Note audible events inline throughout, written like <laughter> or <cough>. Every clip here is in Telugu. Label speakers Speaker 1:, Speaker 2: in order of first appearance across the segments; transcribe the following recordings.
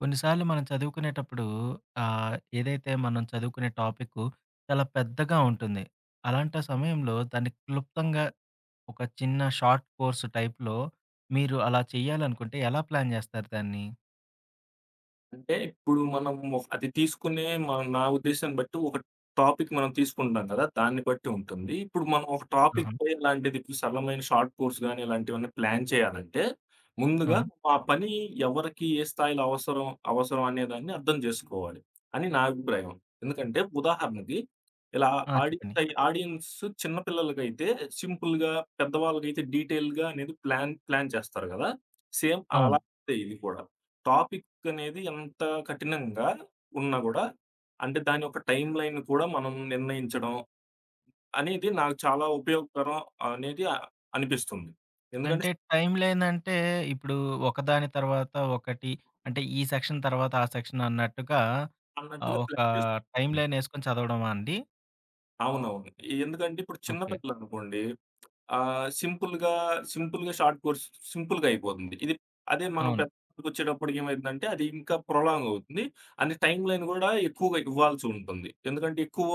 Speaker 1: కొన్నిసార్లు మనం చదువుకునేటప్పుడు ఏదైతే మనం చదువుకునే టాపిక్కు చాలా పెద్దగా ఉంటుంది. అలాంటి సమయంలో దాన్ని క్లుప్తంగా ఒక చిన్న షార్ట్ కోర్స్ టైప్‌లో మీరు అలా చేయాలనుకుంటే ఎలా ప్లాన్ జేస్తారు దాన్ని?
Speaker 2: అంటే ఇప్పుడు మనం ఒ అది తీసుకునే మన నా ఉద్దేశాన్ని బట్టి ఒక టాపిక్ మనం తీసుకుంటాం కదా! దాన్ని బట్టి ఉంటుంది. ఇప్పుడు మనం ఒక
Speaker 1: ఆహా!
Speaker 2: టాపిక్‌పై ఇలాంటిది ఇప్పుడు సరళమైన షార్ట్ కోర్స్ గాని ఇలాంటివన్నీ ప్లాన్ చేయాలంటే,
Speaker 1: ఆ!
Speaker 2: ముందుగా ఆ పని ఎవరికి ఏ స్థాయిలో అవసరం, అవసరం అనేదాన్ని అర్థం జేసుకోవాలి అని నా అభిప్రాయం. ఎందుకంటే ఉదాహరణకి ఇలా
Speaker 1: ఆ!
Speaker 2: ఆడియన్స్
Speaker 1: చెప్పండి.
Speaker 2: అయి ఆడియన్స్ చిన్న పిల్లలకైతే సింపుల్‌గా, పెద్దవాళ్ళకైతే డీటెయిల్‌గా అనేది ప్లాన్ ప్లాన్ చేస్తారు గదా! సేమ్
Speaker 1: అవును.
Speaker 2: అలాగే ఇది కూడా. టాపిక్ వర్క్ అనేది ఎంత కఠినంగా ఉన్నా గూడా, అంటే దాని యొక్క టైమ్‌లైన్ కూడా మనం నిర్ణయించడం అనేది నాకు చాలా ఉపయోగకరం అనేది అనిపిస్తుంది. ఎందుకంటే
Speaker 1: అంటే టైమ్ లేదంటే ఇప్పుడు ఒకదాని తర్వాత ఒకటి అంటే ఈ సెక్షన్ తర్వాత ఆ సెక్షన్ అన్నట్టుగా
Speaker 2: అన్నట్టుగా
Speaker 1: ఒక
Speaker 2: ప్లాన్ చేసు
Speaker 1: టైమ్
Speaker 2: హ్మ్.
Speaker 1: లైన్ యేసుకొని చదవడమా అండి?
Speaker 2: అవునవును. ఎందుకంటే ఇప్పుడు చిన్న
Speaker 1: ఓకే.
Speaker 2: పిల్లలనుకోండి సింపుల్‌గా, షార్ట్ కోర్స్ సింపుల్‌గా అయిపోతుంది. ఇది అదే మనం
Speaker 1: అవును.
Speaker 2: పెద్దకొచ్చేటప్పటికి ఏమైతుందంటే, అది ఇంకా ప్రొలాంగ్ అవుతుంది. అండ్ టైమ్ లైన్ గూడా ఎక్కువగా ఇవ్వాల్సి ఉంటుంది. ఎందుకంటే ఎక్కువ,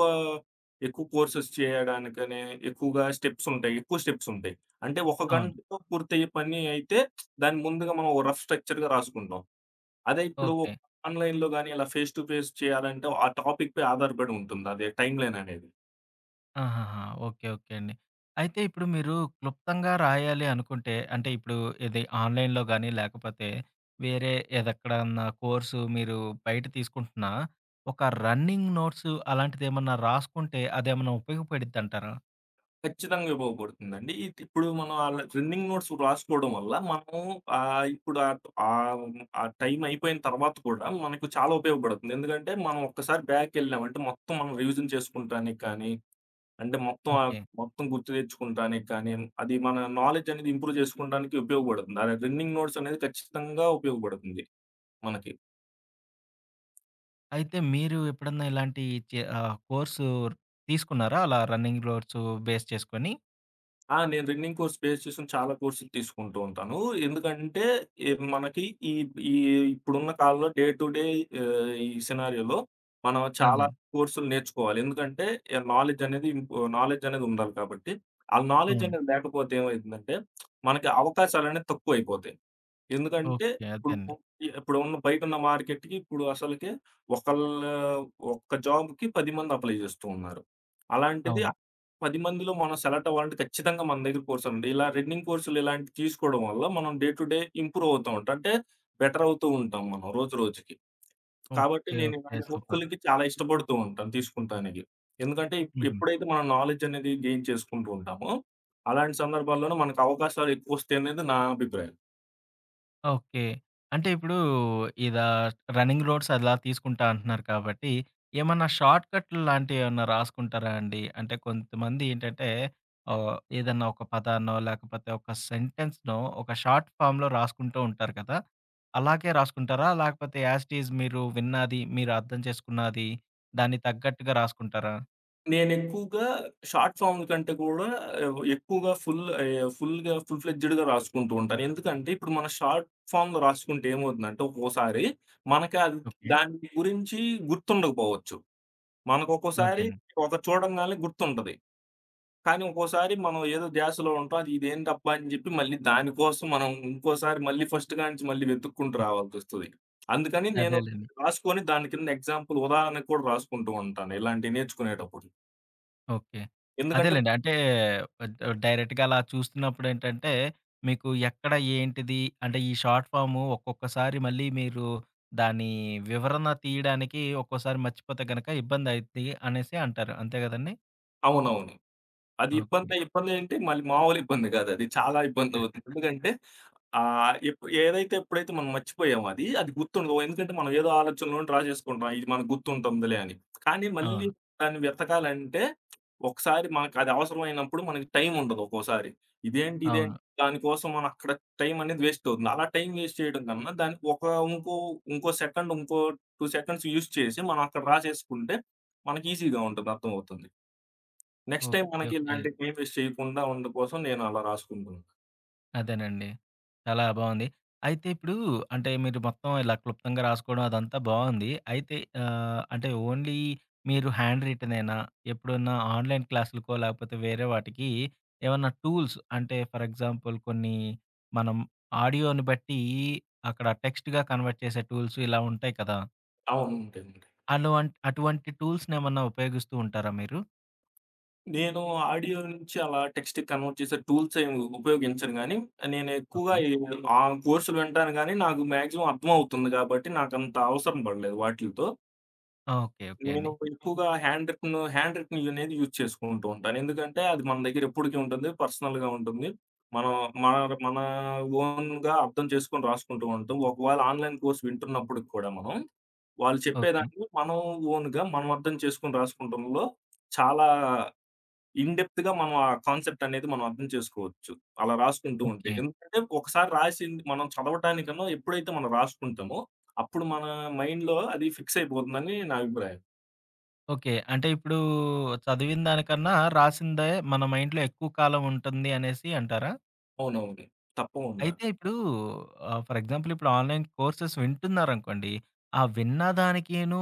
Speaker 2: ఎక్కువ కోర్సెస్ చేయడానికనే ఎక్కువగా స్టెప్స్ ఉంటాయి. ఎక్కువ స్టెప్స్ ఉంటాయి. అంటే ఒక
Speaker 1: అవును.
Speaker 2: గంటలో పూర్తయ్యే పని అయితే దాన్ని ముందుగా మనం ఓ రఫ్ స్ట్రక్చర్‌గా రాసుకుంటాం. అదే ఇప్పుడు
Speaker 1: ఓకే.
Speaker 2: ఆన్‌లైన్‌లో గాని ఇలా ఫేస్ టు ఫేస్ చేయాలంటే ఆ టాపిక్ పై ఆధారపడి ఉంటుంది. అదే టైమ్ లైన్ అనేది.
Speaker 1: ఆహాహా! ఓకే. ఓకే అండి. అయితే ఇప్పుడు మీరు క్లుప్తంగా రాయాలి అనుకుంటే, అంటే ఇప్పుడు ఇది ఆన్‌లైన్‌లో గాని, లేకపోతే వేరే ఏదెక్కడన్నా కోర్సు మీరు బయట తీసుకుంటున్నా, ఒక రన్నింగ్ నోట్స్ అలాంటిదేమన్నా రాసుకుంటే అదేమన్నా ఉపయోగపడిద్దంటారా?
Speaker 2: ఖచ్చితంగా ఉపయోగపడుతుందండి. ఇప్పుడు మనం ఆ రన్నింగ్ నోట్స్ రాసుకోవడం వల్ల మనం ఆహ్, ఇప్పుడు ఆహ్, ఆహ్, ఆ టైం అయిపోయిన తర్వాత కూడా మనకు చాలా ఉపయోగపడుతుంది. ఎందుకంటే మనం ఒక్కసారి బ్యాక్‌కెళ్ళామంటే మొత్తం మనం రివిజన్ చేసుకుంటానికి కానీ, అంటే మొత్తం
Speaker 1: ఓకే.
Speaker 2: మొత్తం గుర్తు తెచ్చుకుంటానికి కానీ, అది మన నాలెడ్జ్ అనేది ఇంప్రూవ్ చేసుకోవడానికి ఉపయోగపడుతుంది. ఆ రన్నింగ్ నోట్స్ అనేది ఖచ్చితంగా ఉపయోగపడుతుంది మనకి.
Speaker 1: అయితే మీరు ఎప్పుడన్నా ఇలాంటి కోర్సు తీసుకున్నారా? అలా రన్నింగ్ నోట్స్ బేస్ చేసుకొని?
Speaker 2: ఆ! నేను రిన్నింగ్ కోర్స్ బేస్ చేసుకొని చాలా కోర్సులు తీసుకుంటూ ఉంటాను. ఎందుకంటే, ఈ మనకి ఈ ఈ ఇప్పుడున్న కాలంలో డే టు డే ఈ సినారియోలో మనం
Speaker 1: అదే
Speaker 2: చాలా
Speaker 1: అండి.
Speaker 2: కోర్సులు నేర్చుకోవాలి. ఎందుకంటే, నాలెడ్జ్ అనేది నాలెడ్జ్ అనేది ఉండాలి కాబట్టి, ఆ నాలెడ్జ్
Speaker 1: అవును.
Speaker 2: అనేది లేకపోతే ఏమైతుందంటే, మనకి అవకాశాలనేవి తక్కువైపోతాయి. ఎందుకంటే
Speaker 1: ఓకే. అదే
Speaker 2: ఇప్పుడు
Speaker 1: అండి.
Speaker 2: ఇప్పుడున్న బయటున్న మార్కెట్‌కి ఇప్పుడు అసలకే ఒకళ్ళు ఒక్క జాబ్‌కి 10 మంది అప్లై చేస్తూ ఉన్నారు. అలాంటిది
Speaker 1: అవును.
Speaker 2: 10 మందిలో మనం సెలెక్ట్ అవ్వాలంటే ఖచ్చితంగా మన దగ్గర కోర్స్ ఉంది. ఇలా రన్నింగ్ కోర్సులు ఇలాంటివి తీసుకోవడం వల్ల మనం డే టు డే ఇంప్రూవ్ అవుతూ ఉంటాం. అంటే బెటర్ అవుతూ ఉంటాం మనం రోజు రోజుకి. కాబట్టి
Speaker 1: ఓకే.
Speaker 2: నేను
Speaker 1: ఓకే.
Speaker 2: ఇలాంటి
Speaker 1: సూపర్.
Speaker 2: కోర్సులకి చాలా ఇష్టపడుతూ ఉంటాను తీసుకుంటానికి. ఎందుకంటే
Speaker 1: హుహు.
Speaker 2: ఎప్పుడైతే మనం నాలెడ్జ్ అనేది గెయిన్ చేసుకుంటూ ఉంటామో, అలాంటి సందర్భాల్లోనే మనకు అవకాశాలు ఎక్కువొస్తాయనేది నా అభిప్రాయం.
Speaker 1: ఓకే. అంటే ఇప్పుడు ఇదా రన్నింగ్ రోడ్స్ అలా తీసుకుంటా అంటున్నారు కాబట్టి, ఏమన్నా షార్ట్ కట్లు లాంటియేమన్నా రాసుకుంటారా అండి? అంటే కొంతమంది ఏంటంటే ఏదన్నా ఒక పదాన్నో, లేకపోతే ఒక సెంటెన్స్‌నో ఒక షార్ట్ ఫార్మ్‌లో రాసుకుంటూ ఉంటారు కదా! అలాగే రాసుకుంటారా? లేకపోతే యాజ్ ఇట్ ఈజ్ మీరు విన్నది, మీరు అర్థం చేసుకున్నది, దానికి తగ్గట్టుగా రాసుకుంటారా?
Speaker 2: నేనెక్కువగా షార్ట్ ఫార్మ్ కంటే కూడా ఎక్కువగా ఫుల్ ఆహ్, ఫుల్‌గా ఫుల్ ఫ్లెడ్జ్‌డ్‌గా రాసుకుంటూ ఉంటాను. ఎందుకంటే ఇప్పుడు మనం షార్ట్ ఫార్మ్‌లో రాసుకుంటే ఏమవుతుందంటే ఒక్కోసారి మనకి అది
Speaker 1: ఓకే.
Speaker 2: దాని గురించి గుర్తుండకపోవచ్చు. మనకు ఒక్కోసారి
Speaker 1: అదేనండి.
Speaker 2: ఒకటి చూడంగానే గుర్తుంటది. కానీ ఒక్కోసారి మనం ఏదో ధ్యాసలో ఉంటాం. అది ఇదేంటబ్బా! అని జెప్పి మళ్ళీ దానికోసం మనం ఇంకోసారి మళ్ళీ ఫస్ట్ కానించి మళ్ళీ వెతుక్కుంటూ రావాల్సొస్తది. అందుకని నేను
Speaker 1: అదేలెండి.
Speaker 2: రాసుకొని దాని కింద ఎగ్జాంపుల్ ఉదాహరణకు కూడా రాసుకుంటూ ఉంటాను ఇలాంటివి నేర్చుకునేటప్పుడు.
Speaker 1: ఓకే.
Speaker 2: ఎందుకంటే
Speaker 1: అదేలెండి. అంటే డైరెక్ట్‌గా అలా చూస్తున్నప్పుడేంటంటే, మీకు ఎక్కడ ఏంటిది అంటే ఈ షార్ట్ ఫార్మ్ ఒక్కొక్కసారి మళ్ళీ మీరు దాని వివరణ తీయడానికి ఒక్కోసారి మర్చిపోతే గనక ఇబ్బందయిద్ది అనేసి అంటారు. అంతే గదండీ!
Speaker 2: అవునవును. అది
Speaker 1: ఓకే.
Speaker 2: ఇబ్బందే. ఇబ్బందేంటి మళ్ళీ మామూలు ఇబ్బంది కాదది. చాలా ఇబ్బందవుతుంది. ఎందుకంటే ఆహ్, ఎప్పు ఏదైతే ఎప్పుడైతే మనం మర్చిపోయామో అది, అది గుర్తుండదు. ఎందుకంటే మనం ఏదో ఆలోచనలో డ్రా చేసుకుంటాం. ఇది మనకు గుర్తుంటుందిలే అని. కానీ మళ్ళీ
Speaker 1: అవును.
Speaker 2: దాన్ని వెతకాలంటే ఒకసారి మనకది అవసరమైనప్పుడు మనకి టైం ఉండదు ఒక్కోసారి. ఇదేంటి? ఇదేంటి?
Speaker 1: అవును.
Speaker 2: దానికోసం మనం అక్కడ టైం అనేది వేస్ట్ అవుతుంది. అలా టైం వేస్ట్ చేయడం కన్నా దానికి ఒక ఇంకో ఇంకో సెకండ్, ఇంకో 2 సెకండ్స్ యూజ్ చేసి మనం అక్కడ డ్రా చేసుకుంటే మనకి ఈజీగా ఉంటుంది. అర్థమవుతుంది. Next time
Speaker 1: okay.
Speaker 2: మనకి
Speaker 1: ఓకే.
Speaker 2: ఇలాంటి ప్లేలిస్ట్ చేయకుండా ఉండడం కోసం నేను అలా రాసుకుంటున్నాను.
Speaker 1: అదేనండి. చాలా బావుంది. అయితే ఇప్పుడు అంటే మీరు మొత్తం ఇలా క్లుప్తంగా రాసుకోవడం అదంతా బావుంది. అయితే అంటే ఓన్లీ మీరు హ్యాండ్ రిటనేనా? ఎప్పుడన్నా ఆన్‌లైన్ క్లాసులకో లేకపోతే వేరే వాటికి ఏమన్నా టూల్స్ అంటే ఫర్ ఎగ్జాంపుల్ కొన్ని మనం ఆడియోని బట్టి అక్కడ టెక్స్ట్‌గా కన్వర్ట్ చేసే టూల్స్ ఇలా ఉంటాయి కదా!
Speaker 2: అవును. ఉంటాయండి.
Speaker 1: అటువంటి టూల్స్‌నేమన్నా ఉపయోగిస్తూ ఉంటారా మీరు?
Speaker 2: నేను ఆడియో నుంచి అలా టెక్స్ట్‌కి కన్వర్ట్ చేసే టూల్స్ ఏమి ఉపయోగించను గానీ, నేను ఎక్కువగా
Speaker 1: ఓకే.
Speaker 2: ఈ ఆ కోర్సులు వింటాను గానీ, నాకు మాక్సిమం అర్థమవుతుంది గాబట్టి నాకంత అవసరం పడలేదు వాటిలతో.
Speaker 1: ఆ! ఓకే. ఓకే
Speaker 2: నేను
Speaker 1: అండి.
Speaker 2: ఎక్కువగా హ్యాండ్ రిటెన్ అనేది యూజ్ చేసుకుంటూ ఉంటాను. ఎందుకంటే అది మన దగ్గర ఎప్పటికి ఉంటుంది. పర్సనల్‌గా ఉంటుంది. మనం మన మన ఓన్‌గా అర్థం చేసుకొని రాసుకుంటూ ఉంటాం. ఒకవేళ ఆన్‌లైన్ కోర్స్ వింటున్నప్పటికి కూడా మనం, వాళ్ళు
Speaker 1: ఓకే.
Speaker 2: చెప్పేదాన్ని మనం ఓన్‌గా మనం అర్థం చేసుకొని రాసుకుంటంలో చాలా ఇన్ డెప్త్‌గా మనం ఆ కాన్సెప్ట్ అనేది మనం అర్థం చేసుకోవచ్చు. అలా రాసుకుంటూ ఉంటే.
Speaker 1: ఓకే.
Speaker 2: ఎందుకంటే ఒకసారి రాసింది మనం చదవటానికన్నా ఎప్పుడైతే మనం రాసుకుంటామో అప్పుడు మన మైండ్‌లో అది ఫిక్స్ అయిపోతుందని నా అభిప్రాయం.
Speaker 1: ఓకే. అంటే ఇప్పుడు చదివిన దానికన్నా రాసిందే మన మైండ్‌లో ఎక్కువ కాలం ఉంటుంది అనేసి అంటారా?
Speaker 2: అవునవును. తప్పకుండా.
Speaker 1: అయితే ఇప్పుడు ఫర్ ఎగ్జాంపుల్ ఇప్పుడు ఆన్‌లైన్ కోర్సెస్ వింటున్నారనుకోండి. ఆ విన్న దానికిను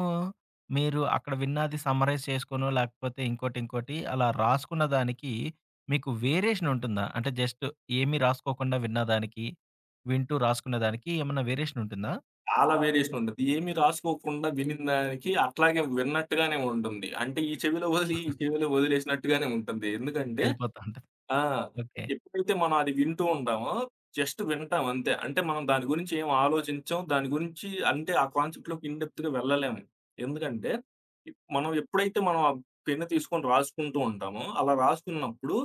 Speaker 1: మీరు అక్కడ విన్నది సమ్మరైజ్ చేసుకోనో, లేకపోతే ఇంకోటి, ఇంకోటి అలా రాసుకున్న దానికి మీకు వేరియేషన్ ఉంటుందా? అంటే జస్ట్ ఏమి రాసుకోకుండా విన్న దానికి, వింటూ రాసుకున్న దానికి ఏమన్నా వేరియేషన్ ఉంటుందా?
Speaker 2: చాలా వేరియేషన్ ఉంటది. ఏమి రాసుకోకుండా వినినదానికి అట్లాగే విన్నట్టుగానే ఉంటుంది. అంటే ఈ చెవిలో వదిలి, ఈ
Speaker 1: <laughs>
Speaker 2: చెవిలో వదిలేసినట్టుగానే ఉంటుంది. ఎందుకంటే,
Speaker 1: ఎళ్ళిపోతా ఉంటది.
Speaker 2: ఆ!
Speaker 1: ఓకే.
Speaker 2: ఎప్పుడైతే మనం అది వింటూ ఉంటామో, జస్ట్ వింటాం అంతే. అంటే మనం దాని గురించి ఏం ఆలోచించం. దాని గురించి అంటే ఆ కాన్సెప్ట్‌లోకి ఇన్ డెప్త్‌గా వెళ్ళలేము. ఎందుకంటే, మనం ఎప్పుడైతే మనం ఆ పెన్ను తీసుకొని రాసుకుంటూ ఉంటామో, అలా రాసుకున్నప్పుడు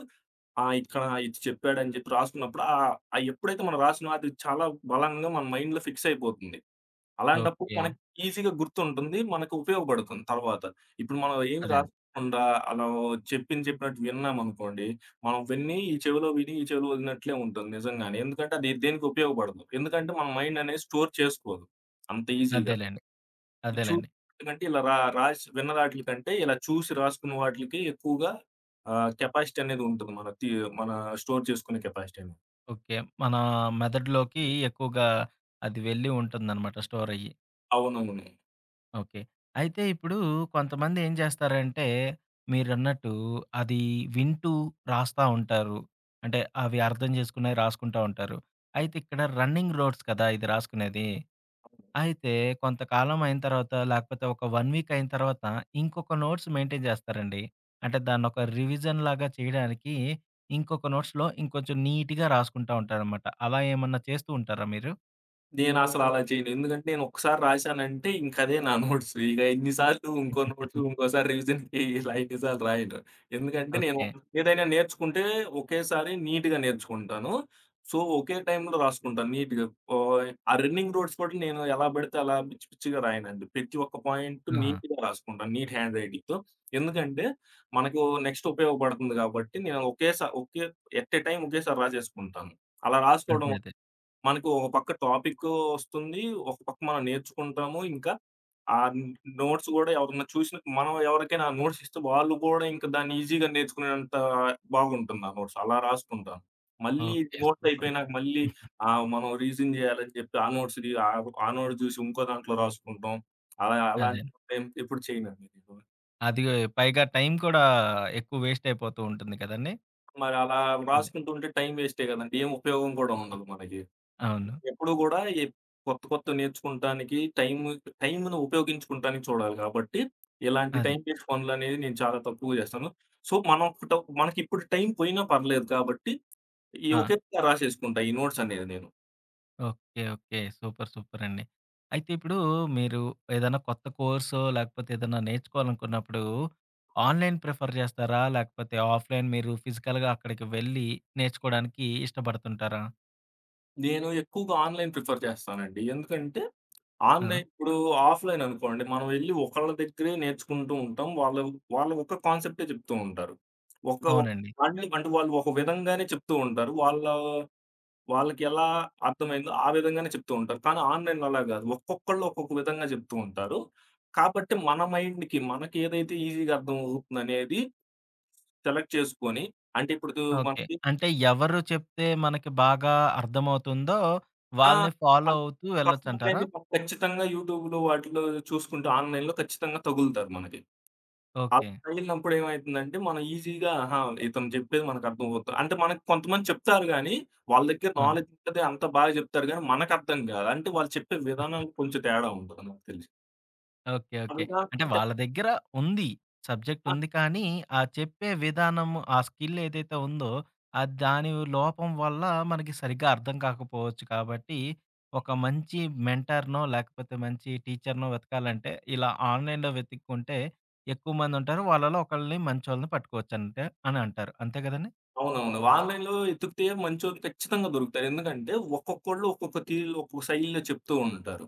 Speaker 2: ఆ! ఇక్కడ ఇది చెప్పాడని చెప్పి రాసుకున్నప్పుడు ఎప్పుడైతే మనం రాసినామో అది చాలా బలంగా మన మైండ్‌లో ఫిక్స్ అయిపోతుంది. అలాంటప్పుడు
Speaker 1: ఓకే.
Speaker 2: మనకి ఈజీ‌గా గుర్తుంటుంది. మనకు ఉపయోగపడుతుంది తర్వాత. ఇప్పుడు మనం ఏమి
Speaker 1: అదే.
Speaker 2: రాసుకోకుండా అలా చెప్పింది చెప్పినట్టు విన్నామనుకోండి, మనం విని ఈ చెవిలో విని, ఈ చెవిలో వదిలినట్లే ఉంటుంది నిజంగానే. ఎందుకంటే అది దేనికి ఉపయోగపడదు. ఎందుకంటే మన మైండ్ అనేది స్టోర్ చేసుకోదు అంత ఈజీ‌గా.
Speaker 1: అదేలెండి.
Speaker 2: ఈ చూ
Speaker 1: అదేలెండి.
Speaker 2: కంటే ఇలా రాసి విన్న వాటిల కంటే ఇలా చూసి రాసుకున్న వాటిలకి ఎక్కువగా కెపాసిటీ అనేది ఉంటుంది. మన స్టోర్ చేసుకునే కెపాసిటీ అనేది.
Speaker 1: ఓకే. మన మెదడులోకి ఎక్కువగా అది వెళ్ళి ఉంటుందనమాట స్టోర్ అయ్యి.
Speaker 2: అవునవును.
Speaker 1: ఓకే. అయితే ఇప్పుడు కొంతమంది ఏం చేస్తారంటే, మీరన్నట్టు అది వింటూ రాస్తా ఉంటారు. అంటే అవి అర్థం చేసుకున్నయి రాసుకుంటా ఉంటారు. అయితే ఇక్కడ రన్నింగ్ రోడ్స్ కదా! ఇది రాసుకునేది. అయితే కొంతకాలం అయిన తర్వాత లేకపోతే ఒక 1 వీక్ అయిన తర్వాత ఇంకొక నోట్స్ మెయింటైన్ చేస్తారండి. అంటే దాన్నొక రివిజన్ లాగా చేయడానికి ఇంకొక నోట్స్‌లో ఇంకొంచెం నీట్‌గా రాసుకుంటా ఉంటారనమాట. అలా ఏమన్నా చేస్తూ ఉంటారా మీరు?
Speaker 2: నేనసలు అలా చేయను. ఎందుకంటే నేను ఒక్కసారి రాశానంటే ఇంక అదే నా నోట్స్. ఇక ఎన్ని సార్లు ఇంకో నోట్స్
Speaker 1: <laughs>
Speaker 2: ఇంకోసారి రివిజన్‌కి ఇలా ఎన్ని సార్లు రాయను. ఎందుకంటే నేను
Speaker 1: ఓకే.
Speaker 2: ఏదైనా నేర్చుకుంటే ఒకేసారి నీట్‌గా నేర్చుకుంటాను. సో, ఒకే టైమ్‌లో రాసుకుంటాను నీట్‌గా. ఓయ్ ఆ రన్నింగ్ నోట్స్ కూడా నేను ఎలా పడితే అలా పిచ్చి పిచ్చిగా రాయనండి. ప్రతి ఒక్క పాయింట్
Speaker 1: ఆహా!
Speaker 2: నీట్‌గా రాసుకుంటాను. నీట్ హ్యాండ్ రైటింగ్‌తో. ఎందుకంటే మనకు నెక్స్ట్ ఉపయోగపడుతుంది కాబట్టి నేను ఒకే ఎట్ ఎ టైమ్ ఒకేసారి రాసేసుకుంటాను. అలా రాసుకోవడం
Speaker 1: అదే. అదే.
Speaker 2: మనకు ఒక పక్క టాపిక్ వస్తుంది. ఒక పక్క మనం నేర్చుకుంటాము. ఇంకా ఆ నోట్స్ గూడా ఎవరన్నా చూసిన మనం ఎవరికైనా ఆ నోట్స్ ఇస్తే వాళ్ళు గూడా ఇంకా దాన్ని ఈజీగా నేర్చుకునేంత బాగుంటుంది ఆ నోట్స్. అలా రాసుకుంటాను. మళ్ళీ
Speaker 1: ఓకే.
Speaker 2: Notes
Speaker 1: super.
Speaker 2: అయిపోయినాక మళ్ళీ మనం రీజన్ జేయాలని చెప్పి ఆ నోట్స్ రి ఆ ఆ నోట్ చూసి ఇంకో దాంట్లో రాసుకుంటాం. అలా
Speaker 1: అదే.
Speaker 2: అలాంటి నేను ఎప్పుడు చేయనండి. నేను.
Speaker 1: అది పైగా టైం కూడా ఎక్కువ వేస్ట్ అయిపోతూ ఉంటుంది కదండీ!
Speaker 2: మరి అలా
Speaker 1: అదే.
Speaker 2: రాసుకుంటూ ఉంటే టైం వేస్టే గదండీ! ఏం ఉపయోగం కూడా ఉండదు మనకి.
Speaker 1: అవును.
Speaker 2: ఎప్పుడు గూడా కొత్త కొత్తవి నేర్చుకుంటానికి టైమును ఉపయోగించుకుంటానికి చూడాలి గాబట్టి, ఇలాంటి
Speaker 1: అదే.
Speaker 2: టైం వేస్ట్ పనులనేవి నేను చాలా తక్కువ జేస్తాను. సో, మనం ట మనకిప్పుడు టైం పోయినా పర్లేదు కాబట్టి, ఈ
Speaker 1: ఆ!
Speaker 2: ఒకేసారి రాసేసుకుంటా ఈ నోట్స్ అనేది నేను.
Speaker 1: ఓకే. ఓకే. సూపర్. సూపరండి. అయితే ఇప్పుడు మీరు ఏదైనా కొత్త కోర్సో, లేకపోతే ఏదైనా నేర్చుకోవాలనుకున్నప్పుడు ఆన్‌లైన్ ప్రిఫర్ చేస్తారా? లేకపోతే ఆఫ్‌లైన్ మీరు ఫిజికల్‌గా అక్కడికి వెళ్ళి నేర్చుకోవడానికి ఇష్టపడుతుంటారా?
Speaker 2: నేను ఎక్కువగా ఆన్‌లైన్ ప్రిఫర్ చేస్తానండి. ఎందుకంటే,
Speaker 1: ఆ!
Speaker 2: ఆన్‌లైన్ ఇప్పుడు ఆఫ్‌లైన్ అనుకోండి, మనం వెళ్లి ఒకళ్ళ దగ్గరే నేర్చుకుంటూ ఉంటాం. వాళ్ళు వాళ్ళు ఒక కాన్సెప్టే చెప్తూ ఉంటారు. ఒక ఒక
Speaker 1: అవునండి.
Speaker 2: అంటే వాళ్ళు ఒక విధంగానే చెప్తూ ఉంటారు. వాళ్ళకెలా అర్థమైందో ఆ విధంగానే చెప్తూ ఉంటారు. కానీ ఆన్‌లైన్‌లో అలా గాదు. ఒక్కొక్కళ్ళు ఒక్కొక్క విధంగా చెప్తూ ఉంటారు. కాబట్టి మన మైండ్‌కి మనకేదైతే ఈజీగా అర్థమవుతుందనేది సెలెక్ట్ చేసుకొని అంటే ఇప్పుడు
Speaker 1: ఓకే.
Speaker 2: మనకి
Speaker 1: అంటే ఎవరు చెప్తే మనకి బాగా అర్థమవుతుందో
Speaker 2: ఆ!
Speaker 1: వాళ్ళని ఫాలో
Speaker 2: కష్
Speaker 1: అవుతూ వెళ్ళొచ్చంటారా?
Speaker 2: కష్టమనేది ఖచ్చితంగా యూట్యూబ్‌లో వాటిలో చూసుకుంటే ఆన్‌లైన్‌లో ఖచ్చితంగా తగులుతారు మనకి. అలా
Speaker 1: ఓకే.
Speaker 2: తగిలినప్పుడు ఏమైతుందంటే, మనం ఈజీగా ఆహా! ఇతను చెప్పేది మనకు అర్థమవుతుంది. అంటే మనకు కొంతమంది చెప్తారు గానీ, వాళ్ళ దగ్గర
Speaker 1: ఆ!
Speaker 2: నాలెడ్జ్ ఉంటది. అంతా బాగా చెప్తారు గానీ, మనకర్థం కాదు. అంటే వాళ్ళు చెప్పే విధానం కొంచెం తేడా ఉంటది నాకు తెలిసి.
Speaker 1: ఓకే.
Speaker 2: అది
Speaker 1: ఓకే.
Speaker 2: కాక
Speaker 1: అంటే వాళ్ళ దగ్గర ఉంది. సబ్జెక్ట్ ఉంది కానీ, ఆ చెప్పే విధానము, ఆ స్కిల్ ఏదైతే ఉందో, అది దాని లోపం వల్ల మనకి సరిగ్గా అర్థం కాకపోవచ్చు కాబట్టి, ఒక మంచి మెంటార్‌నో, లేకపోతే మంచి టీచర్‌నో వెతకాలంటే, ఇలా ఆన్‌లైన్‌లో వెతుక్కుంటే ఎక్కువ మందుంటారు. వాళ్ళలో ఒకళ్ళని మంచోళ్ళని పట్టుకోవచ్చంటే అని అంటారు. అంతే కదండీ?
Speaker 2: అవునవును. ఆన్‌లైన్‌లో ఎతుకితే మంచోళ్ళు ఖచ్చితంగా దొరుకుతారు. ఎందుకంటే ఒక్కొక్కళ్ళు ఒక్కొక్క తీరులో, ఒక్కొక్క శైలిలో చెప్తూ ఉంటారు.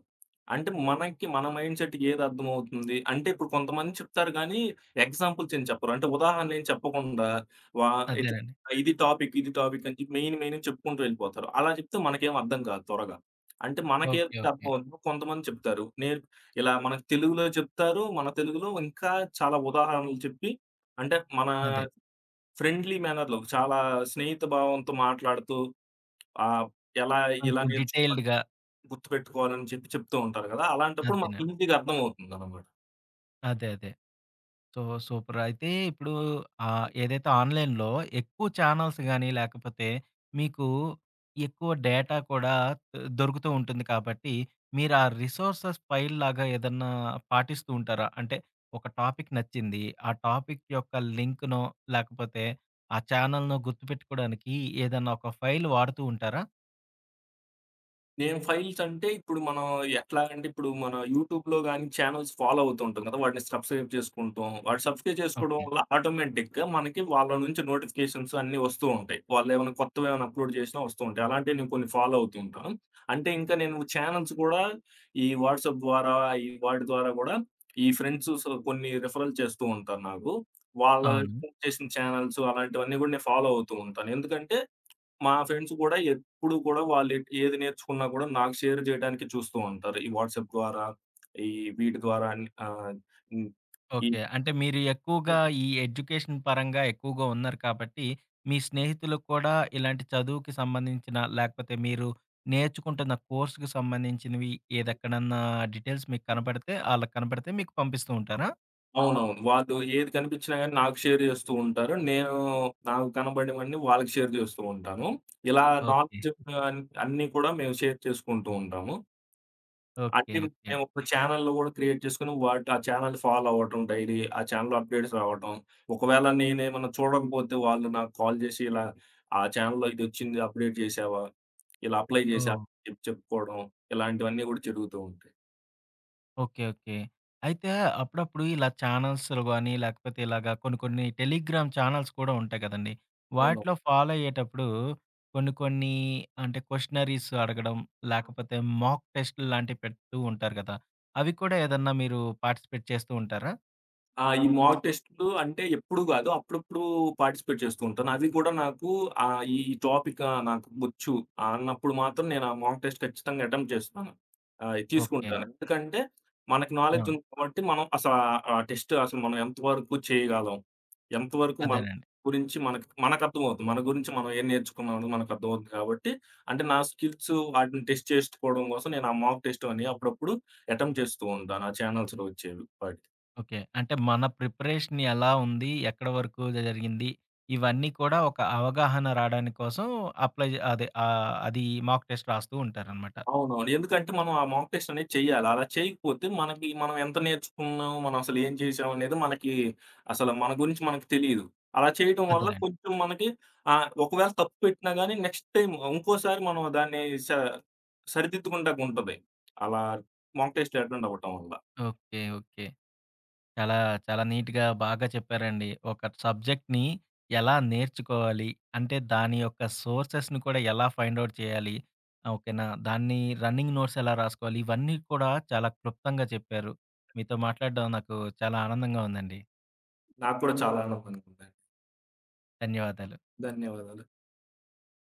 Speaker 2: అంటే మనకి మన మైండ్ సెట్‌కి ఏది అర్థమవుతుంది అంటే ఇప్పుడు కొంతమంది చెప్తారు గానీ, ఎగ్జాంపుల్స్ ఏం చెప్పరు. అంటే ఉదాహరణలు ఏం చెప్పకుండా వా ఇట్లా
Speaker 1: అదేనండి.
Speaker 2: ఇది టాపిక్, ఇది టాపిక్ అని చెప్పి మెయిన్‌వి చెప్పుకుంటూ వెళ్ళిపోతారు. అలా చెప్తే మనకేం అర్థం కాదు త్వరగా. అంటే
Speaker 1: ఓకే.
Speaker 2: మనకేదైతే
Speaker 1: ఓకే.
Speaker 2: అర్థమవుతుందో కొంతమంది చెప్తారు. నేను ఇలా మనకు తెలుగులో చెప్తారు. మన తెలుగులో ఇంకా చాలా ఉదాహరణలు చెప్పి అంటే మన
Speaker 1: అదే.
Speaker 2: ఫ్రెండ్లీ మేనర్‌లో చాలా స్నేహిత భావంతో మాట్లాడుతూ ఆహ్, ఎలా ఇలా
Speaker 1: కొంచెం
Speaker 2: హ్మ్. నేర్చుకోవాలి,
Speaker 1: డీటెయిల్డ్‌గా
Speaker 2: గుర్తుపెట్టుకోవాలని చెప్పి చెప్తూ ఉంటారు గదా! అలాంటప్పుడు మనకి
Speaker 1: అదేనండి.
Speaker 2: ఈజీగా అర్థమవుతుందనమాట.
Speaker 1: అదే. అదే. So, super. అయితే ఇప్పుడు ఏదైతే ఆన్‌లైన్‌లో ఎక్కువ చానెల్స్ గాని, లేకపోతే మీకు ఎక్కువ డేటా కూడా దొరుకుతూ ఉంటుంది కాబట్టి, మీరు ఆ రిసోర్సెస్ ఫైల్ లాగా ఏదన్నా పాటిస్తూ ఉంటారా? అంటే ఒక టాపిక్ నచ్చింది. ఆ టాపిక్ యొక్క లింక్‌నో, లేకపోతే ఆ ఛానెల్‌నో గుర్తుపెట్టుకోవడానికి ఏదన్నా ఒక ఫైల్ వాడుతూ ఉంటారా?
Speaker 2: నేను ఫైల్స్ అంటే ఇప్పుడు మనం ఎట్లాగంటే ఇప్పుడు మన యూట్యూబ్‌లో గాని చానెల్స్ ఫాలో అవుతూ ఉంటాం కదా! వాటిని సబ్‌స్క్రైబ్ చేసుకుంటాం. వాటి సబ్‌స్క్రైబ్ చేసుకోవడం
Speaker 1: ఓకే.
Speaker 2: వల్ల ఆటోమేటిక్‌గా మనకి వాళ్ళ నుంచి నోటిఫికేషన్స్ అన్నీ వస్తూ ఉంటాయి. వాళ్ళేమైనా కొత్తవేమైనా అప్‌లోడ్ చేసినా వస్తూ ఉంటాయి. అలాంటివి నేను కొన్ని ఫాలో అవుతూ ఉంటాను. అంటే ఇంకా నేను చానెల్స్ కూడా ఈ వాట్సాప్ ద్వారా ఈ వాటి ద్వారా కూడా ఈ ఫ్రెండ్స్ సో కొన్ని రిఫరల్ చేస్తూ ఉంటారు నాకు. వాళ్ళ
Speaker 1: అవును.
Speaker 2: చేసిన చానెల్స్ అలాంటివన్నీ కూడా నేను ఫాలో అవుతూ ఉంటాను. ఎందుకంటే మా ఫ్రెండ్స్ గూడా ఎప్పుడు గూడా వాళ్ళు ఏది నేర్చుకున్నా గూడా నాకు షేర్ జేయడానికి చూస్తూ ఉంటారు. ఈ వాట్సాప్ ద్వారా, ఈ వీటి ద్వారా అని హ్మ్. ఈ
Speaker 1: ఓకే. అంటే మీరు ఎక్కువగా ఈ ఎడ్యుకేషన్ పరంగా ఎక్కువగా ఉన్నారు కాబట్టి, మీ స్నేహితులకు కూడా ఇలాంటి చదువుకి సంబంధించిన, లేకపోతే మీరు నేర్చుకుంటున్న కోర్స్‌కి సంబంధించినవి ఏదెక్కడన్నా డీటెయిల్స్ మీకు కనపడితే, ఆళ్ళకి కనపడితే మీకు పంపిస్తూ ఉంటారా?
Speaker 2: అవునవును. వాళ్ళు ఏది కనిపించినా గానీ నాకు షేర్ జేస్తూ ఉంటారు. నేను నాకు కనబడినవన్నీ వాళ్ళకి షేర్ జేస్తూ ఉంటాను. ఇలా
Speaker 1: ఓకే.
Speaker 2: నాలెడ్జ్ అన్నీ కూడా మేము షేర్ చేసుకుంటూ ఉంటాము.
Speaker 1: ఓకే.
Speaker 2: అంటే
Speaker 1: ఓకే.
Speaker 2: మేమొక ఛానెల్‌లో గూడా క్రియేట్ చేసుకొని వాటి ఆ ఛానెల్ ఫాలో అవ్వటం డైలీ. ఆ ఛానెల్‌లో అప్‌డేట్స్ రావటం. ఒకవేళ నేనేమన్నా చూడకపోతే వాళ్ళు నాకు కాల్ జేసి ఇలా ఆ ఛానెల్‌లో ఇదొచ్చింది అప్‌డేట్ జేశావా? ఇలా అప్లై జేశా
Speaker 1: ఓహ్!
Speaker 2: అని చెప్పుకోవడం. ఇలాంటివన్నీ గూడా జరుగుతూ ఉంటాయి.
Speaker 1: ఓకే. ఓకే. అయితే అప్పుడప్పుడు ఇలా ఛానల్స్‌లో గాని, లేకపోతే ఇలాగా కొన్ని కొన్ని టెలిగ్రామ్ ఛానల్స్ కూడా ఉంటాయి కదండీ!
Speaker 2: అవును.
Speaker 1: వాటిలో ఫాలో అయ్యేటప్పుడు కొన్ని కొన్ని అంటే క్వెషనరీస్ అడగడం, లేకపోతే మాక్ టెస్ట్‌లు లాంటివి పెడుతూ ఉంటారు కదా! అవి కూడా ఏదన్నా మీరు పార్టిసిపేట్ చేస్తూ ఉంటారా?
Speaker 2: ఆ! ఈ మాక్ టెస్ట్‌లు అంటే ఎప్పుడు గాదు. అప్పుడప్పుడు పార్టిసిపేట్ చేస్తూ ఉంటాను. అది కూడా నాకు ఈ టాపిక్ నాకు బొచ్చు అన్నప్పుడు మాత్రం నేను ఆ మాక్ టెస్ట్ ఖచ్చితంగా అటెంప్ట్ చేస్తాను.
Speaker 1: ఓకే.
Speaker 2: తీసుకుంటాను. ఆ! ఎందుకంటే మనకి నాలెడ్జ్
Speaker 1: ఆ!
Speaker 2: ఉంది కాబట్టి మనం ఆ టెస్ట్ అసలు మనం ఎంతవరకు చేయగలం? ఎంతవరకు మన
Speaker 1: అదేనండి.
Speaker 2: గురించి మనకు మనకర్థమవుతుంది. మన గురించి మనం ఏం నేర్చుకున్నాం అనేది మనకర్థమవుతుంది కాబట్టి, అంటే నా స్కిల్స్ వాటిని టెస్ట్ చేసుకోవడం కోసం నేను ఆ మాక్ టెస్ట్ అని అప్పుడప్పుడు అటెంప్ట్ చేస్తూ ఉంటాను. ఆ చానెల్స్‌లో వచ్చేవి వాటికి.
Speaker 1: ఓకే. అంటే మన ప్రిపరేషన్ ఎలా ఉంది? ఎక్కడ వరకు జరిగింది? ఇవన్నీ కూడా ఒక అవగాహన రావడానికి కోసం అది మాక్ టెస్ట్ రాస్తూ ఉంటారనమాట.
Speaker 2: అవునవును. ఎందుకంటే మనం ఆ మాక్ టెస్ట్ అనేది చేయాలి. అలా చేయకపోతే మనకి మనం ఎంత నేర్చుకున్నాం, మనం అసలు ఏం చేసాం అనేది మనకి అసలు మన గురించి మనకు తెలీదు. అలా చేయటం వల్ల
Speaker 1: అదేలెండి.
Speaker 2: కొంచెం మనకి ఒకవేళ తప్పు పెట్టినా గాని నెక్స్ట్ టైమ్ ఇంకోసారి మనం దాన్ని స సరిదిద్దుకుంటాకుంటది. అలా మాక్ టెస్ట్ అటెండ్ అవ్వటం వల్ల.
Speaker 1: ఓకే. ఓకే. చాలా, చాలా నీట్‌గా బాగా చెప్పారండి. ఒక సబ్జెక్ట్‌ని ఎలా నేర్చుకోవాలి? అంటే దాని యొక్క సోర్సెస్‌ని కూడా ఎలా ఫైండ్ ఔట్ చేయాలి? ఓకేనా? దాన్ని రన్నింగ్ నోట్స్ ఎలా రాసుకోవాలి? ఇవన్నీ కూడా చాలా క్లుప్తంగా చెప్పారు. మీతో మాట్లాడడం నాకు చాలా ఆనందంగా ఉందండి.
Speaker 2: నాకు కూడా చాలా ఆనందంగా ఉందండి.
Speaker 1: ధన్యవాదాలు.
Speaker 2: ధన్యవాదాలు.